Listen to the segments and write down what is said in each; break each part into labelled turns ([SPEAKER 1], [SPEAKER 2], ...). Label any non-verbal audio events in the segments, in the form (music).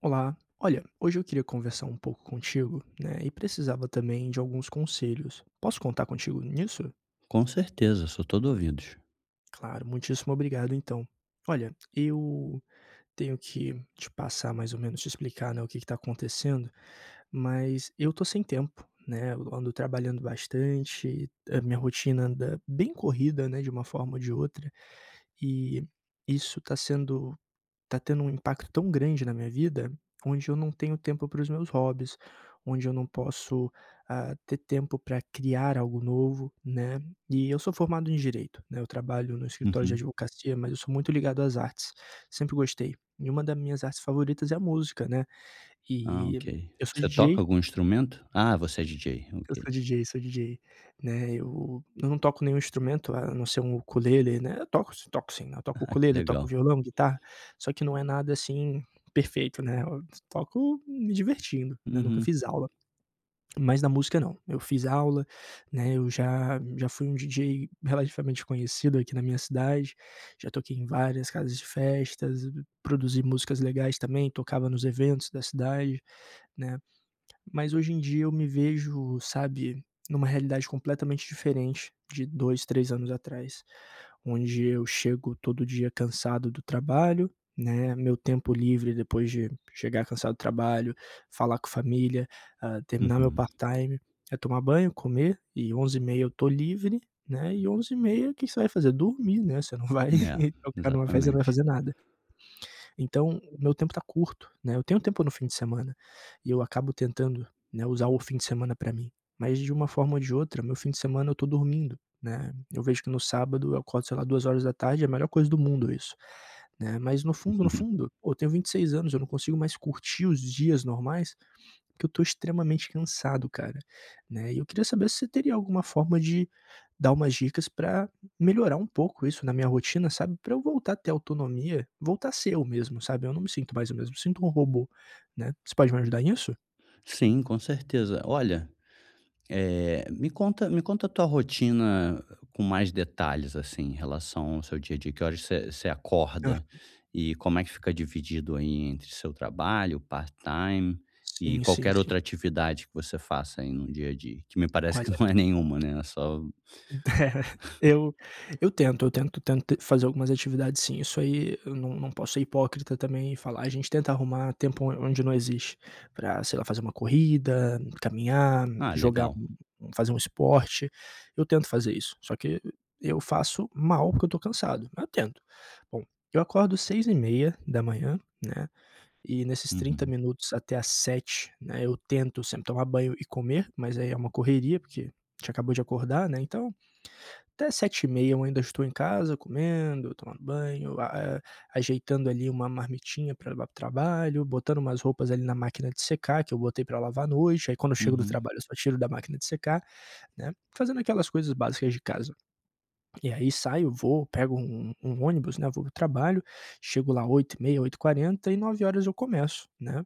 [SPEAKER 1] Olá, olha, hoje eu queria conversar um pouco contigo, né, e precisava também de alguns conselhos. Posso contar contigo nisso?
[SPEAKER 2] Com certeza, sou todo ouvidos.
[SPEAKER 1] Claro, muitíssimo obrigado então. Olha, eu tenho que te passar mais ou menos, te explicar, né, o que está acontecendo, mas eu tô sem tempo, né, eu ando trabalhando bastante, a minha rotina anda bem corrida, né, de uma forma ou de outra, e isso está sendo Tá tendo um impacto tão grande na minha vida, onde eu não tenho tempo para os meus hobbies, onde eu não posso, ter tempo para criar algo novo, né. E eu sou formado em direito, né, eu trabalho no escritório de
[SPEAKER 2] Uhum.
[SPEAKER 1] advocacia, mas eu sou muito ligado às artes, sempre gostei. E uma das minhas artes favoritas é a música, né.
[SPEAKER 2] Ah,
[SPEAKER 1] E
[SPEAKER 2] ok.
[SPEAKER 1] eu sou
[SPEAKER 2] Você toca algum
[SPEAKER 1] DJ
[SPEAKER 2] instrumento? Ah, você é DJ, ok.
[SPEAKER 1] eu sou
[SPEAKER 2] (laughs)
[SPEAKER 1] DJ, sou DJ, né, eu não toco nenhum instrumento, a não ser um ukulele, né, eu toco sim, né, eu toco
[SPEAKER 2] Ah, que
[SPEAKER 1] ukulele, toco
[SPEAKER 2] legal.
[SPEAKER 1] violão, guitarra, só que não é nada, assim, perfeito, né, eu toco me divertindo, né, nunca
[SPEAKER 2] Uhum,
[SPEAKER 1] fiz aula, mas na música não, eu fiz aula, né, eu já fui um DJ relativamente conhecido aqui na minha cidade, já toquei em várias casas de festas, produzi músicas legais também, tocava nos eventos da cidade, né. Mas hoje em dia eu me vejo, sabe, numa realidade completamente diferente de 2 3 anos atrás, onde eu chego todo dia cansado do trabalho, né, meu tempo livre depois de chegar cansado do trabalho, falar com família, terminar meu
[SPEAKER 2] uhum.
[SPEAKER 1] part-time, é tomar banho, comer e onze e meia eu tô livre, né, e onze e meia o que que você vai fazer? Dormir, né, você não vai
[SPEAKER 2] É,
[SPEAKER 1] (laughs) tocar numa festa, você não vai
[SPEAKER 2] exatamente.
[SPEAKER 1] fazer nada. Então, o meu tempo tá curto, né, eu tenho tempo no fim de semana, e eu acabo tentando, né, usar o fim de semana pra mim, mas de uma forma ou de outra, meu fim de semana eu tô dormindo, né, eu vejo que no sábado eu acordo, sei lá, 2 horas da tarde, é a melhor coisa do mundo isso, né, mas no fundo, no
[SPEAKER 2] (laughs)
[SPEAKER 1] fundo, pô, eu tenho 26 anos, eu não consigo mais curtir os dias normais, que eu tô extremamente cansado, cara, né. E eu queria saber se você teria alguma forma de dar umas dicas pra melhorar um pouco isso na minha rotina, sabe, pra eu voltar a ter autonomia, voltar a ser eu mesmo, sabe. Eu não me sinto mais o mesmo, me sinto um robô, né. Você pode me ajudar nisso?
[SPEAKER 2] Sim, com certeza. Olha. Me conta, a tua rotina com mais detalhes, assim, em relação ao seu dia a dia. Que horas você
[SPEAKER 1] Hã.
[SPEAKER 2] acorda e como é que fica dividido aí entre seu trabalho, part-time e
[SPEAKER 1] Sim, sim,
[SPEAKER 2] qualquer
[SPEAKER 1] sim.
[SPEAKER 2] outra atividade que você faça aí no dia a dia? Que me parece que
[SPEAKER 1] Olha.
[SPEAKER 2] (laughs) não é nenhuma, né, é só
[SPEAKER 1] (laughs) Eu eu tento fazer algumas atividades sim, isso aí eu não posso ser hipócrita também e falar: "A gente tenta arrumar tempo on onde não existe", pra, sei lá, fazer uma corrida, caminhar,
[SPEAKER 2] ah,
[SPEAKER 1] jogar
[SPEAKER 2] legal.
[SPEAKER 1] um fazer um esporte, eu tento fazer isso, só que eu faço mal porque eu tô cansado, mas eu tento. Bom, eu acordo seis e meia da manhã, né, e nesses 30
[SPEAKER 2] Uhum,
[SPEAKER 1] minutos até às sete, né, eu tento sempre tomar banho e comer, mas aí é uma correria, porque a gente acabou de acordar, né, então até sete e meia eu ainda estou em casa comendo, tomando banho, a ajeitando ali uma marmitinha para levar para o trabalho, botando umas roupas ali na máquina de secar, que eu botei para lavar à noite, aí quando eu chego do
[SPEAKER 2] uhum.
[SPEAKER 1] trabalho eu só tiro da máquina de secar, né, fazendo aquelas coisas básicas de casa. E aí saio, vou, pego um ônibus, né, vou para o trabalho, chego lá oito e meia, oito h 40 e nove horas eu começo, né.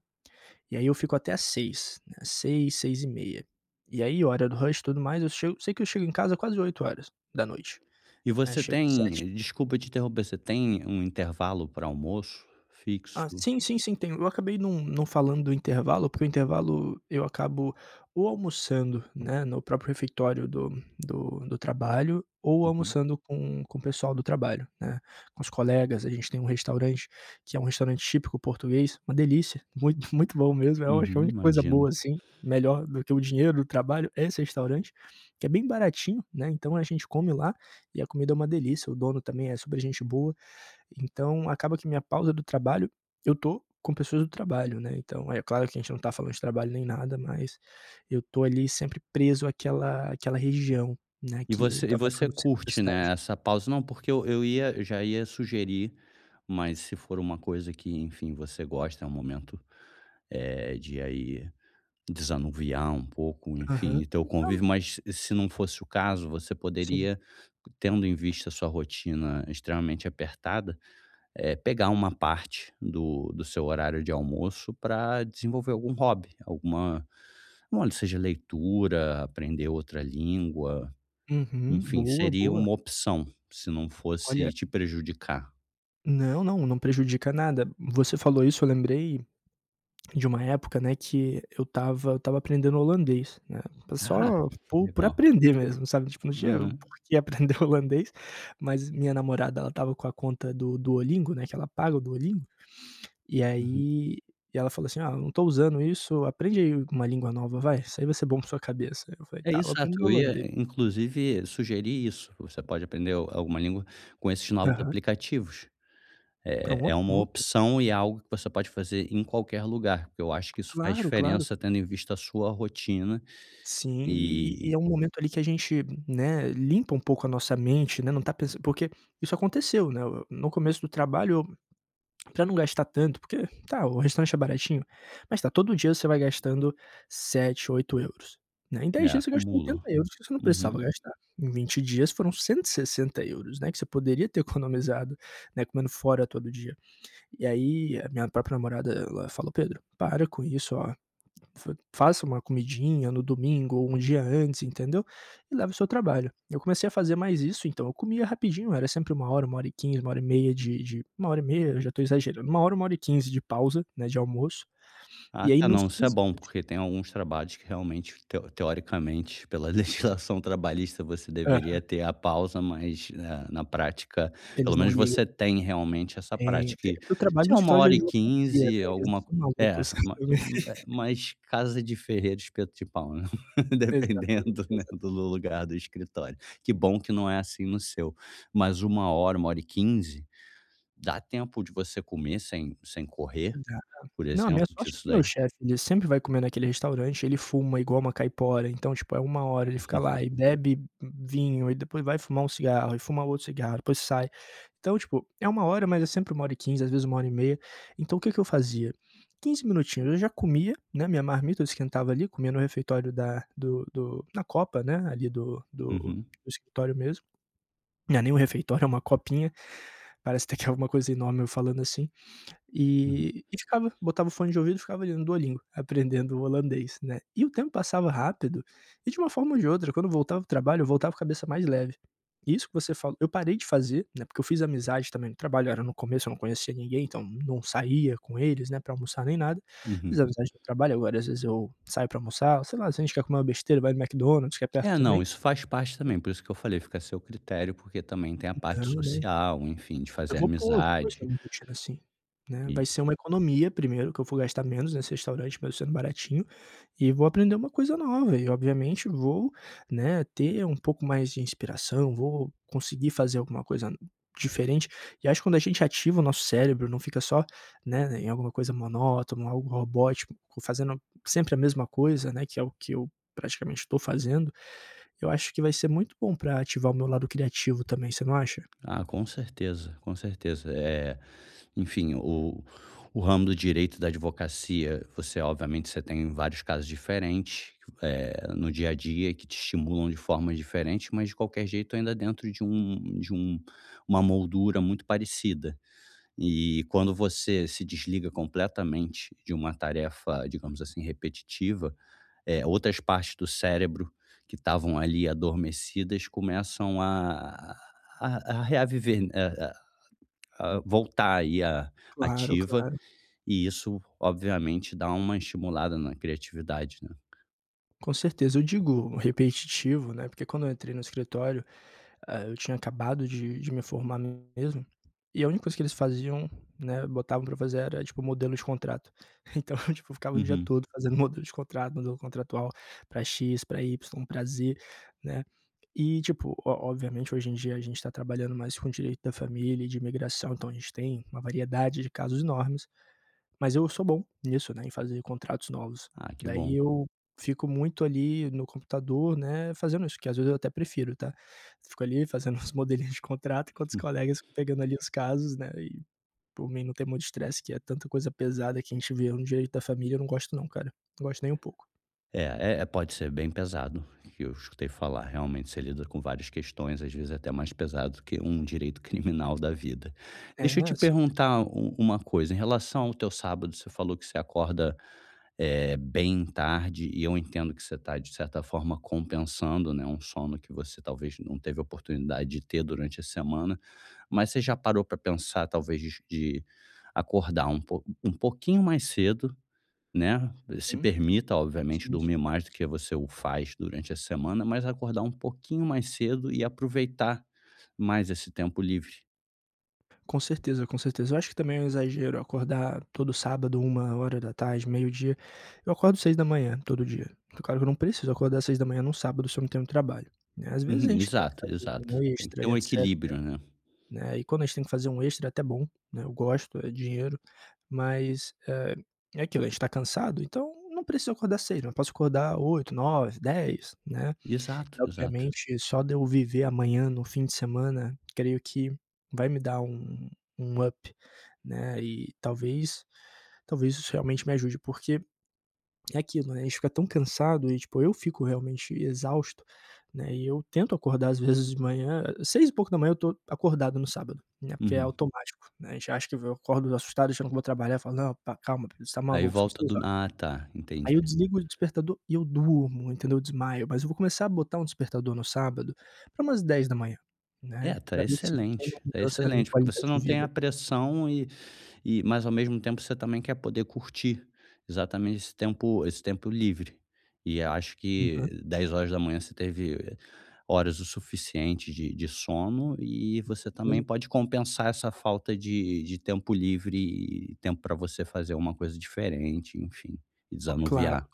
[SPEAKER 1] E aí eu fico até às seis, h né, 18h, h E meia. E aí, hora do rush e tudo mais, eu chego, sei que eu chego em casa quase oito horas da noite.
[SPEAKER 2] E
[SPEAKER 1] É,
[SPEAKER 2] você
[SPEAKER 1] chegou 7.
[SPEAKER 2] tem desculpa te interromper, você tem um intervalo para almoço
[SPEAKER 1] Ah,
[SPEAKER 2] fixo?
[SPEAKER 1] sim, sim, sim, tem. Eu acabei não falando do intervalo, porque o intervalo eu acabo ou almoçando, né, no próprio refeitório do trabalho, ou
[SPEAKER 2] Uhum,
[SPEAKER 1] almoçando com o pessoal do trabalho, né, com os colegas. A gente tem um restaurante que é um restaurante típico português, uma delícia, muito (laughs) muito bom mesmo. Eu acho que a
[SPEAKER 2] uhum,
[SPEAKER 1] única coisa
[SPEAKER 2] imagino.
[SPEAKER 1] boa, assim, melhor do que o dinheiro do trabalho é esse restaurante, que é bem baratinho, né, então a gente come lá e a comida é uma delícia. O dono também é super gente boa. Então acaba que minha pausa do trabalho, eu tô com pessoas do trabalho, né, então é claro que a gente não tá falando de trabalho nem nada, mas eu tô ali sempre preso àquela região, né,
[SPEAKER 2] E
[SPEAKER 1] que
[SPEAKER 2] você
[SPEAKER 1] o
[SPEAKER 2] e
[SPEAKER 1] trabalho fica
[SPEAKER 2] você
[SPEAKER 1] no centro da
[SPEAKER 2] curte, né,
[SPEAKER 1] cidade.
[SPEAKER 2] essa pausa? Não, porque eu já ia sugerir, mas se for uma coisa que, enfim, você gosta, é um momento, de aí desanuviar um pouco, enfim,
[SPEAKER 1] Aham.
[SPEAKER 2] e ter o
[SPEAKER 1] Então
[SPEAKER 2] convívio, mas se não fosse o caso, você
[SPEAKER 1] sim.
[SPEAKER 2] poderia, tendo em vista a sua rotina extremamente apertada, pegar uma parte do seu horário de almoço para desenvolver algum hobby, alguma olha, seja leitura, aprender outra língua,
[SPEAKER 1] Uhum.
[SPEAKER 2] enfim,
[SPEAKER 1] Boa,
[SPEAKER 2] seria
[SPEAKER 1] boa.
[SPEAKER 2] uma opção, se não
[SPEAKER 1] Olha,
[SPEAKER 2] fosse te prejudicar.
[SPEAKER 1] não, não, não prejudica nada. Você falou isso, eu lembrei de uma época, né, que eu tava aprendendo holandês, né,
[SPEAKER 2] Ah,
[SPEAKER 1] só
[SPEAKER 2] que
[SPEAKER 1] por
[SPEAKER 2] legal.
[SPEAKER 1] aprender mesmo, sabe, tipo, não tinha por
[SPEAKER 2] Aham,
[SPEAKER 1] que aprender (laughs) holandês, mas minha namorada, ela tava com a conta do Duolingo, né, que ela paga o Duolingo, e
[SPEAKER 2] uhum.
[SPEAKER 1] aí, e ela falou assim: "Ah, eu não tô usando isso, aprende aí uma língua nova, vai, isso aí vai ser bom para sua cabeça". Eu falei:
[SPEAKER 2] É,
[SPEAKER 1] "Tá, eu
[SPEAKER 2] exato,
[SPEAKER 1] aprendo
[SPEAKER 2] eu ia
[SPEAKER 1] holandês".
[SPEAKER 2] inclusive sugerir isso, você pode aprender al alguma língua com esses novos
[SPEAKER 1] Aham.
[SPEAKER 2] aplicativos. É é
[SPEAKER 1] Pronto,
[SPEAKER 2] uma
[SPEAKER 1] pronto.
[SPEAKER 2] opção e é algo que você pode fazer em qualquer lugar, porque eu acho que isso faz
[SPEAKER 1] Claro, claro.
[SPEAKER 2] diferença tendo em vista a sua rotina
[SPEAKER 1] Sim, e
[SPEAKER 2] e
[SPEAKER 1] é um momento ali que a gente, né, limpa um pouco a nossa mente, né, não tá pensando porque isso aconteceu, né, o no começo do trabalho, para não gastar tanto, porque tá, o restaurante é baratinho, mas tá, todo dia você vai gastando sete oito euros, né, em 10
[SPEAKER 2] é,
[SPEAKER 1] dias você gastou oitenta
[SPEAKER 2] acumula.
[SPEAKER 1] euros que você não precisava
[SPEAKER 2] Uhum.
[SPEAKER 1] gastar, em 20 dias foram 160 euros, né, que você poderia ter (laughs) economizado, né, comendo fora todo dia. E aí a minha própria namorada, ela falou: "Pedro, para com isso, ó, Fa faça uma comidinha no domingo ou um dia antes, entendeu, e leve o seu trabalho". Eu comecei a fazer mais isso, então eu comia rapidinho, era sempre uma hora e quinze, uma hora e meia de 1 hora e meia, eu já estou exagerando, uma hora e 15 de pausa, né, de almoço,
[SPEAKER 2] Ah,
[SPEAKER 1] e aí
[SPEAKER 2] tá,
[SPEAKER 1] nos
[SPEAKER 2] não, isso é
[SPEAKER 1] 15
[SPEAKER 2] bom,
[SPEAKER 1] minutinhos,
[SPEAKER 2] porque tem alguns trabalhos que realmente, teoricamente, pela (laughs) legislação trabalhista, você deveria
[SPEAKER 1] Hã,
[SPEAKER 2] ter a pausa, mas, na prática, pelo
[SPEAKER 1] eles não
[SPEAKER 2] menos
[SPEAKER 1] ligam.
[SPEAKER 2] você tem realmente essa
[SPEAKER 1] Tenho,
[SPEAKER 2] prática
[SPEAKER 1] tenho.
[SPEAKER 2] e
[SPEAKER 1] Porque eu trabalho
[SPEAKER 2] se é
[SPEAKER 1] no
[SPEAKER 2] uma
[SPEAKER 1] escritório é
[SPEAKER 2] hora
[SPEAKER 1] de
[SPEAKER 2] e
[SPEAKER 1] advocacia,
[SPEAKER 2] quinze
[SPEAKER 1] né, eles não
[SPEAKER 2] alguma co
[SPEAKER 1] são
[SPEAKER 2] é,
[SPEAKER 1] malucos (laughs)
[SPEAKER 2] ma
[SPEAKER 1] também.
[SPEAKER 2] mas casa de ferreiro, espeto de pau, né, (laughs)
[SPEAKER 1] Exatamente,
[SPEAKER 2] dependendo, né, do
[SPEAKER 1] exatamente.
[SPEAKER 2] lugar do escritório. Que bom que não é assim no seu, mas 1 h hora e quinze dá tempo de você comer sem correr, por
[SPEAKER 1] Não, a
[SPEAKER 2] exemplo,
[SPEAKER 1] minha
[SPEAKER 2] que
[SPEAKER 1] sorte é
[SPEAKER 2] isso
[SPEAKER 1] que meu
[SPEAKER 2] daí
[SPEAKER 1] chefe, ele sempre vai comer naquele restaurante, ele fuma igual uma caipora, então, tipo, é uma hora, ele fica lá e bebe vinho, e depois vai fumar um cigarro, e fuma outro cigarro, depois sai. Então, tipo, é uma hora, mas é sempre uma hora e quinze, às vezes uma hora e meia. Então o que que eu fazia? 15 minutinhos, eu já comia, né, minha marmita eu esquentava ali, comia no refeitório da do do na copa, né, ali do
[SPEAKER 2] uhum,
[SPEAKER 1] do escritório mesmo. Não é nem um refeitório, é uma copinha, parece até que é alguma coisa enorme eu falando assim.
[SPEAKER 2] uhum,
[SPEAKER 1] E ficava, botava o fone de ouvido e ficava ali no Duolingo, aprendendo o holandês, né. E o tempo passava rápido e de uma forma ou de outra, quando eu voltava do trabalho, eu voltava com a cabeça mais leve. E isso que você falou eu parei de fazer, né, porque eu fiz amizade também no trabalho, era no começo eu não conhecia ninguém, então não saía com eles, né, pra almoçar nem nada. Fiz
[SPEAKER 2] uhum.
[SPEAKER 1] amizade no trabalho, agora às vezes eu saio pra almoçar, sei lá, se a gente quer comer uma besteira, vai no McDonald's, que é perto
[SPEAKER 2] É, não,
[SPEAKER 1] também.
[SPEAKER 2] isso faz parte também, por isso que eu falei, fica a seu critério, porque também tem a parte
[SPEAKER 1] Não, não.
[SPEAKER 2] social, enfim, de
[SPEAKER 1] Eu
[SPEAKER 2] fazer
[SPEAKER 1] vou pôr, eu vou pôr isso
[SPEAKER 2] amizade
[SPEAKER 1] na minha rotina sim, né,
[SPEAKER 2] e
[SPEAKER 1] vai ser uma economia primeiro, que eu vou gastar menos nesse restaurante, mesmo sendo baratinho, e vou aprender uma coisa nova e obviamente vou, né, ter um pouco mais de inspiração, vou conseguir fazer alguma coisa diferente. E acho que quando a gente ativa o nosso cérebro, não fica só, né, em alguma coisa monótona, algo robótico, fazendo sempre a mesma coisa, né, que é o que eu praticamente estou fazendo, eu acho que vai ser muito bom para ativar o meu lado criativo também, você não acha?
[SPEAKER 2] ah, com certeza, com certeza. Enfim, o ramo do direito da advocacia, você obviamente você tem vários casos diferentes, no dia a dia que te estimulam de formas diferentes, mas de qualquer jeito ainda dentro de um uma moldura muito parecida. E quando você se desliga completamente de uma tarefa, digamos assim, repetitiva, outras partes do cérebro que estavam ali adormecidas começam a reaviver, né, a voltar aí à
[SPEAKER 1] Claro,
[SPEAKER 2] ativa,
[SPEAKER 1] claro.
[SPEAKER 2] e isso obviamente dá uma estimulada na criatividade, né.
[SPEAKER 1] Com certeza. Eu digo repetitivo, né, porque quando eu entrei no escritório, eu tinha acabado de me formar mesmo, e a única coisa que eles faziam, né, botavam pra fazer era, tipo, modelo de contrato. (laughs) Então, eu, tipo, ficava o dia
[SPEAKER 2] Uhum.
[SPEAKER 1] todo fazendo modelo de contrato, modelo contratual pra X, pra Y, pra Z, né. E, tipo, o obviamente, hoje em dia a gente está trabalhando mais com direito da família e de imigração, então a gente tem uma variedade de casos enormes, mas eu sou bom nisso, né, em fazer contratos novos.
[SPEAKER 2] Ah, que
[SPEAKER 1] Daí
[SPEAKER 2] bom.
[SPEAKER 1] eu fico muito ali no computador, né, fazendo isso, que às vezes eu até prefiro, tá. Fico ali fazendo (laughs) uns modelinhos de contrato, enquanto os colegas ficam pegando ali os casos, né, e por mim não tem muito estresse, que é tanta coisa pesada que a gente vê no direito da família, eu não gosto não, cara. Não gosto nem um pouco.
[SPEAKER 2] É, é, é, pode ser bem pesado, que eu escutei falar. Realmente, você lida com várias questões, às vezes até mais pesado que um direito (laughs) criminal da vida.
[SPEAKER 1] É,
[SPEAKER 2] Deixa eu te
[SPEAKER 1] sim,
[SPEAKER 2] perguntar uma coisa. Em relação ao teu sábado, você falou que você acorda é, bem tarde, e eu entendo que você está, de certa forma, compensando, né, um sono que você talvez não teve oportunidade de ter durante a semana. Mas você já parou para pensar, talvez, de acordar um pouquinho mais cedo, né, se permita, obviamente,
[SPEAKER 1] sim,
[SPEAKER 2] dormir
[SPEAKER 1] sim.
[SPEAKER 2] mais do que você o faz durante a semana, mas acordar um pouquinho mais cedo e aproveitar mais esse tempo livre.
[SPEAKER 1] Com certeza, com certeza. Eu acho que também é um exagero acordar todo sábado, uma hora da tarde, meio-dia. Eu acordo seis da manhã todo dia. Claro que eu não preciso acordar seis da manhã num sábado se eu não tenho trabalho, né. Às vezes a
[SPEAKER 2] Uhum,
[SPEAKER 1] gente tem que
[SPEAKER 2] exato,
[SPEAKER 1] fazer
[SPEAKER 2] exato.
[SPEAKER 1] um
[SPEAKER 2] Tem que
[SPEAKER 1] extra
[SPEAKER 2] ter
[SPEAKER 1] e
[SPEAKER 2] um
[SPEAKER 1] etcétera,
[SPEAKER 2] equilíbrio, né.
[SPEAKER 1] né, e quando a gente tem que fazer um extra é até bom, né, eu gosto, é dinheiro, mas, é aquilo, a gente tá cansado, então não preciso acordar seis, mas posso acordar oito, nove, dez, né.
[SPEAKER 2] Exato, exato.
[SPEAKER 1] Obviamente, só de eu viver amanhã no fim de semana, creio que vai me dar um up, né, e talvez isso realmente me ajude, porque é aquilo, né, a gente fica tão cansado e, tipo, eu fico realmente exausto, né, e eu tento acordar às vezes de manhã, 6 e pouco da manhã eu tô acordado no sábado, né, porque é
[SPEAKER 2] Uhum.
[SPEAKER 1] automático, né, a gente acha que eu acordo assustado, achando que vou trabalhar, falo: "Não, pa calma, Pedro, você tá
[SPEAKER 2] Aí
[SPEAKER 1] maluco, são
[SPEAKER 2] volta
[SPEAKER 1] 6".
[SPEAKER 2] do ah, tá,
[SPEAKER 1] Aí eu
[SPEAKER 2] entendi.
[SPEAKER 1] desligo o despertador e eu durmo, entendeu, eu desmaio, mas eu vou começar a botar um despertador no sábado pra umas dez da manhã, né,
[SPEAKER 2] É,
[SPEAKER 1] pra ver se isso tem uma
[SPEAKER 2] tá
[SPEAKER 1] mudança na minha
[SPEAKER 2] excelente, porque você
[SPEAKER 1] qualidade de
[SPEAKER 2] não tem
[SPEAKER 1] vida.
[SPEAKER 2] a pressão e mas ao mesmo tempo você também quer poder curtir exatamente esse tempo livre. E eu acho que
[SPEAKER 1] Aham,
[SPEAKER 2] 10 horas da manhã você teve horas o suficiente de sono e
[SPEAKER 1] com
[SPEAKER 2] você também
[SPEAKER 1] certeza.
[SPEAKER 2] pode compensar essa falta de tempo livre e tempo para você fazer uma coisa diferente, enfim, e
[SPEAKER 1] Claro.
[SPEAKER 2] desanuviar.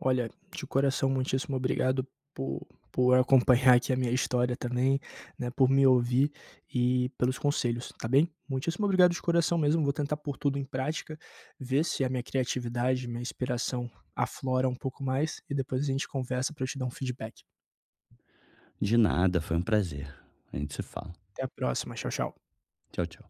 [SPEAKER 1] Olha, de coração, muitíssimo obrigado por por acompanhar aqui a minha história também, né, por me ouvir e pelos conselhos, tá bem? Muitíssimo obrigado de coração mesmo, vou tentar pôr tudo em prática, ver se a minha criatividade, minha inspiração aflora um pouco mais e depois a gente conversa pra eu te dar um feedback.
[SPEAKER 2] De nada, foi um prazer. A gente se fala.
[SPEAKER 1] Até a próxima. Tchau, tchau.
[SPEAKER 2] Tchau, tchau.